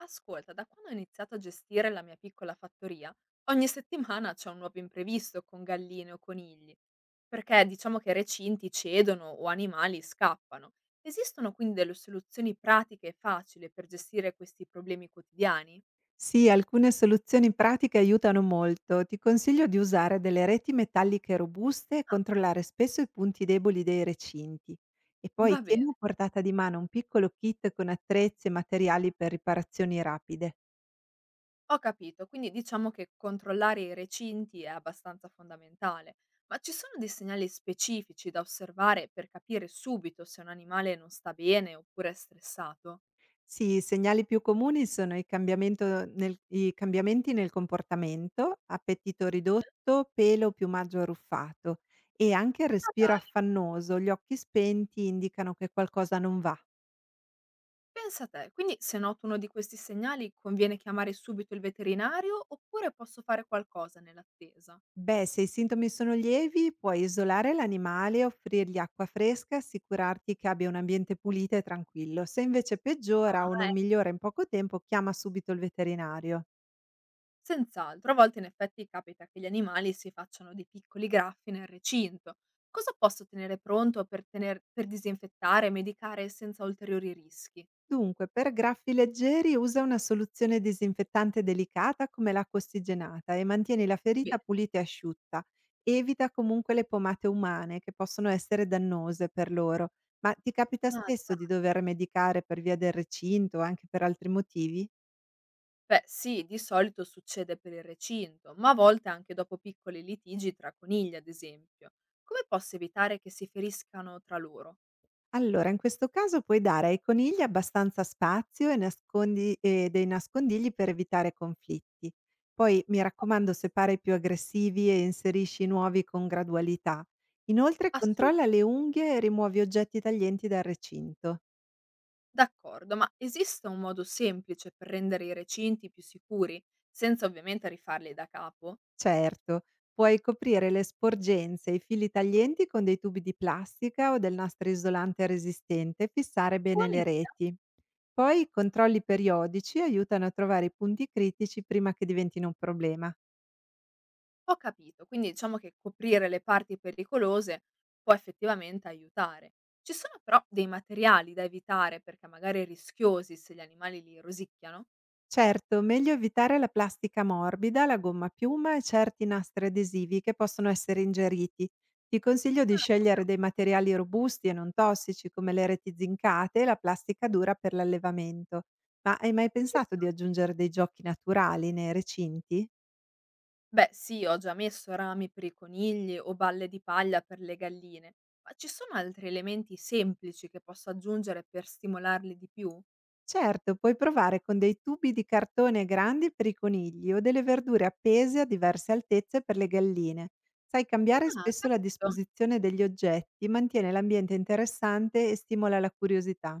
Ascolta, da quando ho iniziato a gestire la mia piccola fattoria, ogni settimana c'è un nuovo imprevisto con galline o conigli, perché diciamo che recinti cedono o animali scappano. Esistono quindi delle soluzioni pratiche e facili per gestire questi problemi quotidiani? Sì, alcune soluzioni pratiche aiutano molto. Ti consiglio di usare delle reti metalliche robuste e Ah, controllare spesso i punti deboli dei recinti. E va poi bene, tieni a portata di mano un piccolo kit con attrezzi e materiali per riparazioni rapide. ho capito, quindi diciamo che controllare i recinti è abbastanza fondamentale, ma ci sono dei segnali specifici da osservare per capire subito se un animale non sta bene oppure è stressato? Sì, i segnali più comuni sono il i cambiamenti nel comportamento, appetito ridotto, pelo o piumaggio arruffato e anche il Ah, respiro dai. affannoso, gli occhi spenti indicano che qualcosa non va. Pensa te, quindi se noto uno di questi segnali conviene chiamare subito il veterinario oppure posso fare qualcosa nell'attesa? Beh, se i sintomi sono lievi, puoi isolare l'animale, offrirgli acqua fresca, assicurarti che abbia un ambiente pulito e tranquillo. Se invece peggiora o Ah, non ecco. migliora in poco tempo, chiama subito il veterinario. Senz'altro, a volte in effetti capita che gli animali si facciano dei piccoli graffi nel recinto. Cosa posso tenere pronto per disinfettare e medicare senza ulteriori rischi? Dunque, per graffi leggeri usa una soluzione disinfettante delicata come l'acqua ossigenata e mantieni la ferita Bene. pulita e asciutta. Evita comunque le pomate umane che possono essere dannose per loro. Ma ti capita Ah, spesso di certo. dover medicare per via del recinto o anche per altri motivi? Beh sì, di solito succede per il recinto, ma a volte anche dopo piccoli litigi tra conigli, ad esempio. Come posso evitare che si feriscano tra loro? Allora, in questo caso puoi dare ai conigli abbastanza spazio e nascondi e dei nascondigli per evitare conflitti. Poi, mi raccomando, separa i più aggressivi e inserisci i nuovi con gradualità. Inoltre, controlla Assolutamente, le unghie e rimuovi oggetti taglienti dal recinto. d'accordo, ma esiste un modo semplice per rendere i recinti più sicuri, senza ovviamente rifarli da capo? Certo, puoi coprire le sporgenze e i fili taglienti con dei tubi di plastica o del nastro isolante resistente e fissare Ho bene le un'idea, reti. Poi i controlli periodici aiutano a trovare i punti critici prima che diventino un problema. ho capito, quindi diciamo che coprire le parti pericolose può effettivamente aiutare. Ci sono però dei materiali da evitare perché magari rischiosi se gli animali li rosicchiano? Certo, meglio evitare la plastica morbida, la gomma a piuma e certi nastri adesivi che possono essere ingeriti. Ti consiglio Ah, di proprio scegliere così, dei materiali robusti e non tossici come le reti zincate e la plastica dura per l'allevamento. Ma hai mai ci pensato sta. di aggiungere dei giochi naturali nei recinti? Beh, sì, ho già messo rami per i conigli o balle di paglia per le galline, ma ci sono altri elementi semplici che posso aggiungere per stimolarli di più? Certo, puoi provare con dei tubi di cartone grandi per i conigli o delle verdure appese a diverse altezze per le galline. Sai, cambiare Ah, spesso la capito. disposizione degli oggetti mantiene l'ambiente interessante e stimola la curiosità.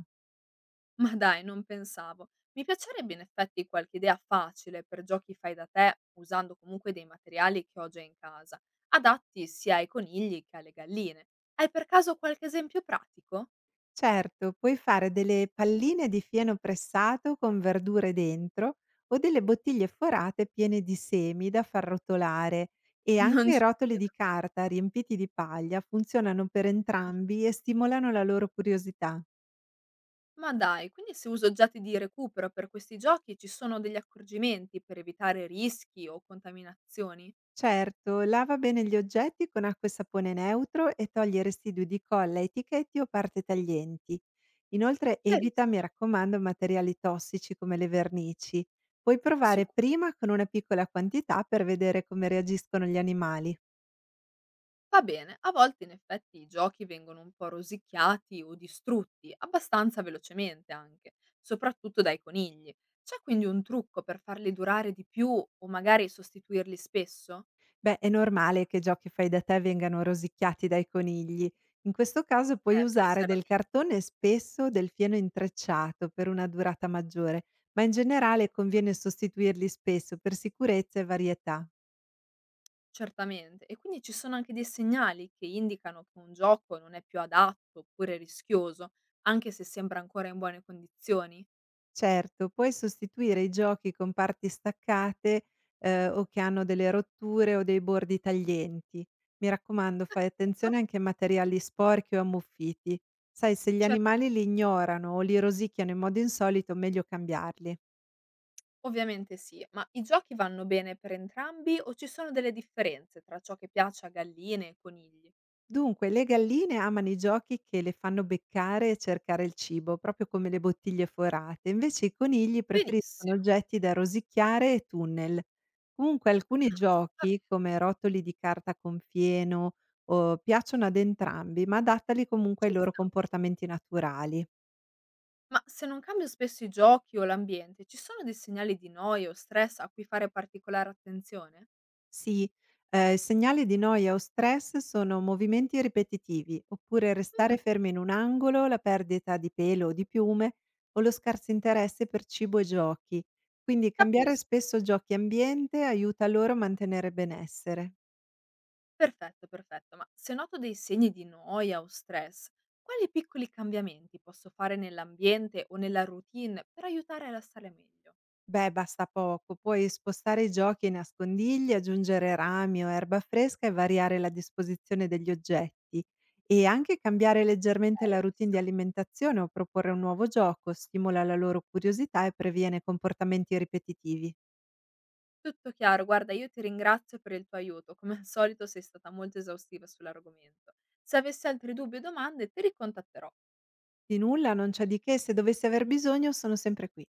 Ma dai, non pensavo. Mi piacerebbe in effetti qualche idea facile per giochi fai da te, usando comunque dei materiali che ho già in casa, adatti sia ai conigli che alle galline. Hai per caso qualche esempio pratico? Certo, puoi fare delle palline di fieno pressato con verdure dentro o delle bottiglie forate piene di semi da far rotolare e anche Non i ci rotoli credo. di carta riempiti di paglia funzionano per entrambi e stimolano la loro curiosità. Ma dai, quindi se uso oggetti di recupero per questi giochi ci sono degli accorgimenti per evitare rischi o contaminazioni? Certo, lava bene gli oggetti con acqua e sapone neutro e togli residui di colla, etichetti o parte taglienti. Inoltre evita, mi Chiarissimo. raccomando, materiali tossici come le vernici. Puoi provare Sicuro. prima con una piccola quantità per vedere come reagiscono gli animali. Va bene, a volte in effetti i giochi vengono un po' rosicchiati o distrutti, abbastanza velocemente anche, soprattutto dai conigli. C'è quindi un trucco per farli durare di più o magari sostituirli spesso? Beh, è normale che giochi fai da te vengano rosicchiati dai conigli. In questo caso puoi Forse usare era del cartone e spesso del fieno intrecciato per una durata maggiore, ma in generale conviene sostituirli spesso per sicurezza e varietà. Certamente. E quindi ci sono anche dei segnali che indicano che un gioco non è più adatto oppure rischioso, anche se sembra ancora in buone condizioni? Certo, puoi sostituire i giochi con parti staccate, o che hanno delle rotture o dei bordi taglienti. Mi raccomando, fai D'accordo, attenzione anche a materiali sporchi o ammuffiti. Sai, se gli certa- animali li ignorano o li rosicchiano in modo insolito, meglio cambiarli. ovviamente sì, ma i giochi vanno bene per entrambi o ci sono delle differenze tra ciò che piace a galline e conigli? Dunque, le galline amano i giochi che le fanno beccare e cercare il cibo, proprio come le bottiglie forate, invece i conigli preferiscono Benissimo. oggetti da rosicchiare e tunnel. Comunque Ah, alcuni va bene, giochi, come rotoli di carta con fieno, piacciono ad entrambi, ma adattali comunque ci ai loro sta. comportamenti naturali. Ma se non cambio spesso i giochi o l'ambiente, ci sono dei segnali di noia o stress a cui fare particolare attenzione? Sì, segnali di noia o stress sono movimenti ripetitivi, oppure Mm, restare fermi in un angolo, la perdita di pelo o di piume o lo scarso interesse per cibo e giochi. Quindi cambiare capisco. spesso giochi e ambiente aiuta loro a mantenere benessere. Perfetto, perfetto. Ma se noto dei segni di noia o stress, quali piccoli cambiamenti posso fare nell'ambiente o nella routine per aiutare a stare meglio? Beh, basta poco. Puoi spostare i giochi e nascondigli, aggiungere rami o erba fresca e variare la disposizione degli oggetti. E anche cambiare leggermente Ok, la ci routine sta. di alimentazione o proporre un nuovo gioco stimola la loro curiosità e previene comportamenti ripetitivi. Tutto chiaro, guarda, io ti ringrazio per il tuo aiuto. Come al solito sei stata molto esaustiva sull'argomento. Se avessi altri dubbi o domande, ti ricontatterò. Di nulla, non c'è di che, se dovessi aver bisogno sono sempre qui.